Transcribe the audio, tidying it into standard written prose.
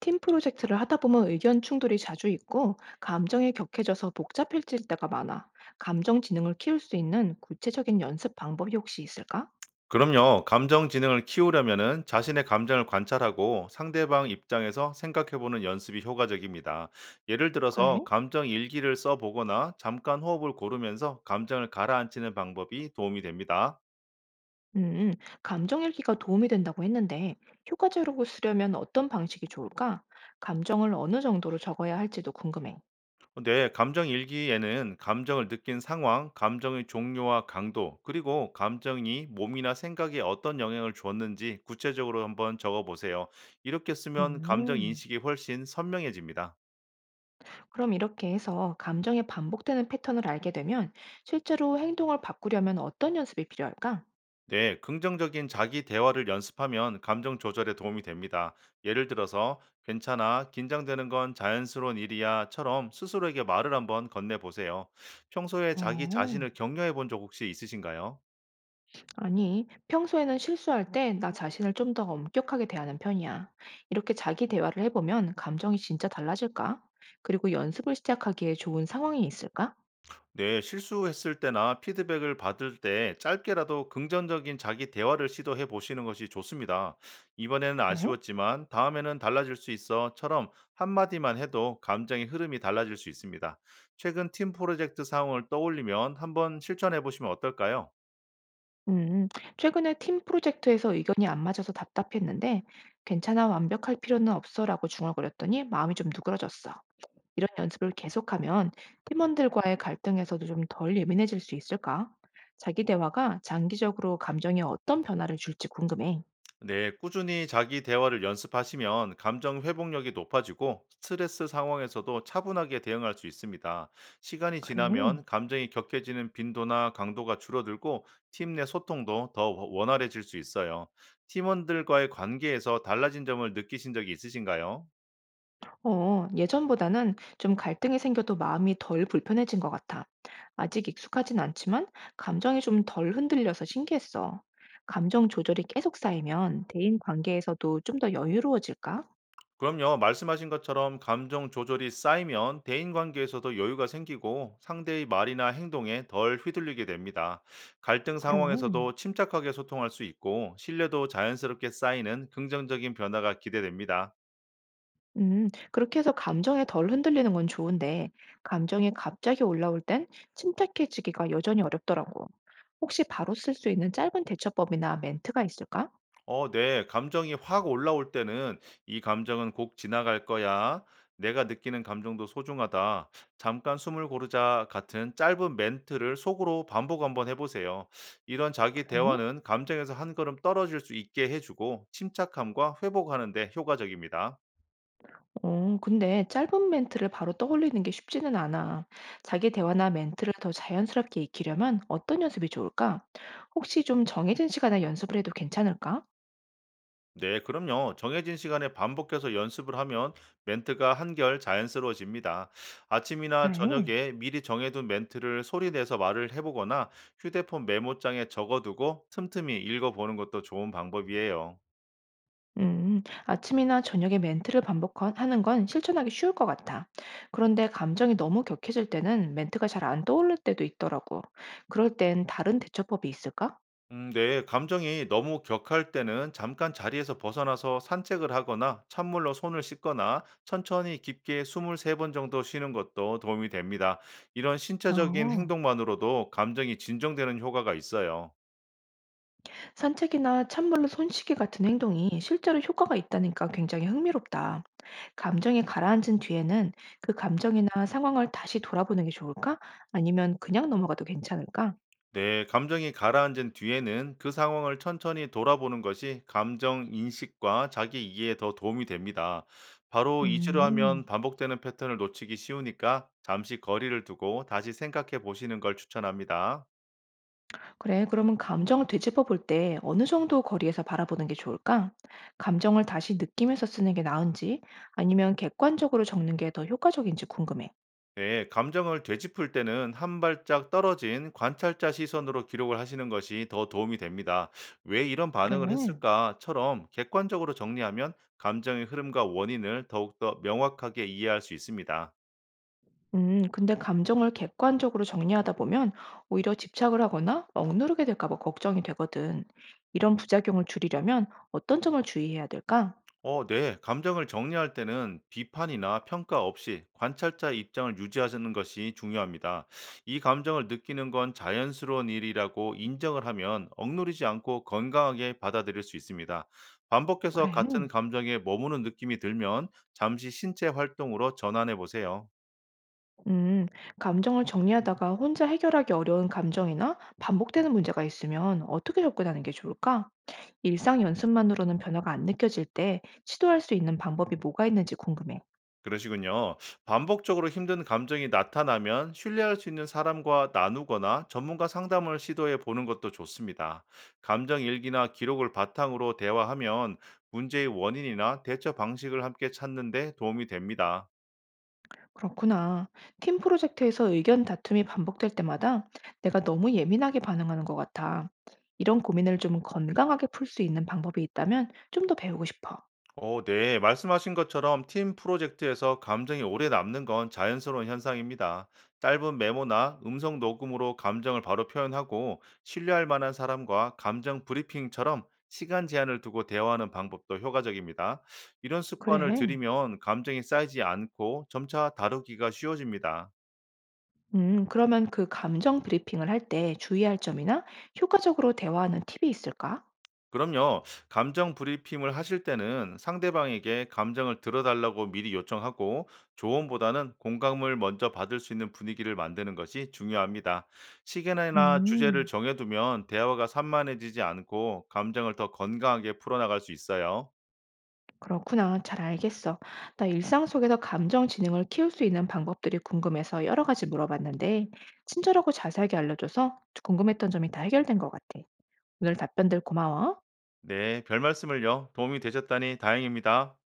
팀 프로젝트를 하다 보면 의견 충돌이 자주 있고 감정이 격해져서 복잡해질 때가 많아. 감정 지능을 키울 수 있는 구체적인 연습 방법이 혹시 있을까? 그럼요. 감정 지능을 키우려면은 자신의 감정을 관찰하고 상대방 입장에서 생각해보는 연습이 효과적입니다. 예를 그래? 들어서 감정 일기를 써보거나 잠깐 호흡을 고르면서 감정을 가라앉히는 방법이 도움이 됩니다. 음, 감정 일기가 도움이 된다고 했는데 효과적으로 쓰려면 어떤 방식이 좋을까? 감정을 어느 정도로 적어야 할지도 궁금해. 네, 감정 일기에는 감정을 느낀 상황, 감정의 종류와 강도, 그리고 감정이 몸이나 생각에 어떤 영향을 주었는지 구체적으로 한번 적어보세요. 이렇게 쓰면 감정 음, 인식이 훨씬 선명해집니다. 그럼 이렇게 해서 감정이 반복되는 패턴을 알게 되면 실제로 행동을 바꾸려면 어떤 연습이 필요할까? 네, 긍정적인 자기 대화를 연습하면 감정 조절에 도움이 됩니다. 예를 들어서, 괜찮아, 긴장되는 건 자연스러운 일이야처럼 스스로에게 말을 한번 건네보세요. 평소에 자기 어. 자신을 격려해 본 적 혹시 있으신가요? 아니, 평소에는 실수할 때 나 자신을 좀 더 엄격하게 대하는 편이야. 이렇게 자기 대화를 해보면 감정이 진짜 달라질까? 그리고 연습을 시작하기에 좋은 상황이 있을까? 네, 실수했을 때나 피드백을 받을 때 짧게라도 긍정적인 자기 대화를 시도해 보시는 것이 좋습니다. 이번에는 그래? 아쉬웠지만 다음에는 달라질 수 있어처럼 한마디만 해도 감정의 흐름이 달라질 수 있습니다. 최근 팀 프로젝트 상황을 떠올리면 한번 실천해 보시면 어떨까요? 음, 최근에 팀 프로젝트에서 의견이 안 맞아서 답답했는데, 괜찮아, 완벽할 필요는 없어라고 중얼거렸더니 마음이 좀 누그러졌어. 이런 연습을 계속하면 팀원들과의 갈등에서도 좀 덜 예민해질 수 있을까? 자기 대화가 장기적으로 감정에 어떤 변화를 줄지 궁금해. 네, 꾸준히 자기 대화를 연습하시면 감정 회복력이 높아지고 스트레스 상황에서도 차분하게 대응할 수 있습니다. 시간이 그래. 지나면 감정이 격해지는 빈도나 강도가 줄어들고 팀 내 소통도 더 원활해질 수 있어요. 팀원들과의 관계에서 달라진 점을 느끼신 적이 있으신가요? 어, 예전보다는 좀 갈등이 생겨도 마음이 덜 불편해진 것 같아. 아직 익숙하진 않지만 감정이 좀 덜 흔들려서 신기했어. 감정 조절이 계속 쌓이면 대인 관계에서도 좀 더 여유로워질까? 그럼요. 말씀하신 것처럼 감정 조절이 쌓이면 대인관계에서도 여유가 생기고 상대의 말이나 행동에 덜 휘둘리게 됩니다. 갈등 그래. 상황에서도 침착하게 소통할 수 있고 신뢰도 자연스럽게 쌓이는 긍정적인 변화가 기대됩니다. 그렇게 해서 감정에 덜 흔들리는 건 좋은데, 감정이 갑자기 올라올 땐 침착해지기가 여전히 어렵더라고. 혹시 바로 쓸 수 있는 짧은 대처법이나 멘트가 있을까? 어, 네. 감정이 확 올라올 때는 이 감정은 곧 지나갈 거야. 내가 느끼는 감정도 소중하다. 잠깐 숨을 고르자 같은 짧은 멘트를 속으로 반복 한번 해보세요. 이런 자기 그래. 대화는 감정에서 한 걸음 떨어질 수 있게 해주고 침착함과 회복하는 데 효과적입니다. 어, 근데 짧은 멘트를 바로 떠올리는 게 쉽지는 않아. 자기 대화나 멘트를 더 자연스럽게 익히려면 어떤 연습이 좋을까? 혹시 좀 정해진 시간에 연습을 해도 괜찮을까? 네, 그럼요. 정해진 시간에 반복해서 연습을 하면 멘트가 한결 자연스러워집니다. 아침이나 그래. 저녁에 미리 정해둔 멘트를 소리 내서 말을 해보거나 휴대폰 메모장에 적어두고 틈틈이 읽어보는 것도 좋은 방법이에요. 아침이나 저녁에 멘트를 반복하는 건 실천하기 쉬울 것 같아. 그런데 감정이 너무 격해질 때는 멘트가 잘 안 떠오를 때도 있더라고. 그럴 땐 다른 대처법이 있을까? 네, 감정이 너무 격할 때는 잠깐 자리에서 벗어나서 산책을 하거나 찬물로 손을 씻거나 천천히 깊게 2~3번 정도 쉬는 것도 도움이 됩니다. 이런 신체적인 어, 행동만으로도 감정이 진정되는 효과가 있어요. 산책이나 찬물로 손 씻기 같은 행동이 실제로 효과가 있다니까 굉장히 흥미롭다. 감정이 가라앉은 뒤에는 그 감정이나 상황을 다시 돌아보는 게 좋을까? 아니면 그냥 넘어가도 괜찮을까? 네, 감정이 가라앉은 뒤에는 그 상황을 천천히 돌아보는 것이 감정 인식과 자기 이해에 더 도움이 됩니다. 바로 잊으려 음, 하면 반복되는 패턴을 놓치기 쉬우니까 잠시 거리를 두고 다시 생각해 보시는 걸 추천합니다. 그래, 그러면 감정을 되짚어 볼 때 어느 정도 거리에서 바라보는 게 좋을까? 감정을 다시 느끼면서 쓰는 게 나은지, 아니면 객관적으로 적는 게 더 효과적인지 궁금해. 네, 감정을 되짚을 때는 한 발짝 떨어진 관찰자 시선으로 기록을 하시는 것이 더 도움이 됩니다. 왜 이런 그래. 반응을 했을까처럼 객관적으로 정리하면 감정의 흐름과 원인을 더욱더 명확하게 이해할 수 있습니다. 근데 감정을 객관적으로 정리하다 보면 오히려 집착을 하거나 억누르게 될까 봐 걱정이 되거든. 이런 부작용을 줄이려면 어떤 점을 주의해야 될까? 어, 네. 감정을 정리할 때는 비판이나 평가 없이 관찰자 입장을 유지하는 것이 중요합니다. 이 감정을 느끼는 건 자연스러운 일이라고 인정을 하면 억누르지 않고 건강하게 받아들일 수 있습니다. 반복해서 그래. 같은 감정에 머무는 느낌이 들면 잠시 신체 활동으로 전환해 보세요. 음, 감정을 정리하다가 혼자 해결하기 어려운 감정이나 반복되는 문제가 있으면 어떻게 접근하는 게 좋을까? 일상 연습만으로는 변화가 안 느껴질 때 시도할 수 있는 방법이 뭐가 있는지 궁금해. 그러시군요. 반복적으로 힘든 감정이 나타나면 신뢰할 수 있는 사람과 나누거나 전문가 상담을 시도해 보는 것도 좋습니다. 감정 일기나 기록을 바탕으로 대화하면 문제의 원인이나 대처 방식을 함께 찾는 데 도움이 됩니다. 그렇구나. 팀 프로젝트에서 의견 다툼이 반복될 때마다 내가 너무 예민하게 반응하는 것 같아. 이런 고민을 좀 건강하게 풀 수 있는 방법이 있다면 좀 더 배우고 싶어. 어, 네. 말씀하신 것처럼 팀 프로젝트에서 감정이 오래 남는 건 자연스러운 현상입니다. 짧은 메모나 음성 녹음으로 감정을 바로 표현하고 신뢰할 만한 사람과 감정 브리핑처럼 시간 제한을 두고 대화하는 방법도 효과적입니다. 이런 습관을 그래. 들이면 감정이 쌓이지 않고 점차 다루기가 쉬워집니다. 그러면 그 감정 브리핑을 할 때 주의할 점이나 효과적으로 대화하는 팁이 있을까? 그럼요. 감정 브리핑을 하실 때는 상대방에게 감정을 들어달라고 미리 요청하고 조언보다는 공감을 먼저 받을 수 있는 분위기를 만드는 것이 중요합니다. 시간이나 주제를 음, 정해두면 대화가 산만해지지 않고 감정을 더 건강하게 풀어나갈 수 있어요. 그렇구나. 잘 알겠어. 나 일상 속에서 감정 지능을 키울 수 있는 방법들이 궁금해서 여러 가지 물어봤는데, 친절하고 자세하게 알려줘서 궁금했던 점이 다 해결된 것 같아. 오늘 답변들 고마워. 네, 별 말씀을요. 도움이 되셨다니 다행입니다.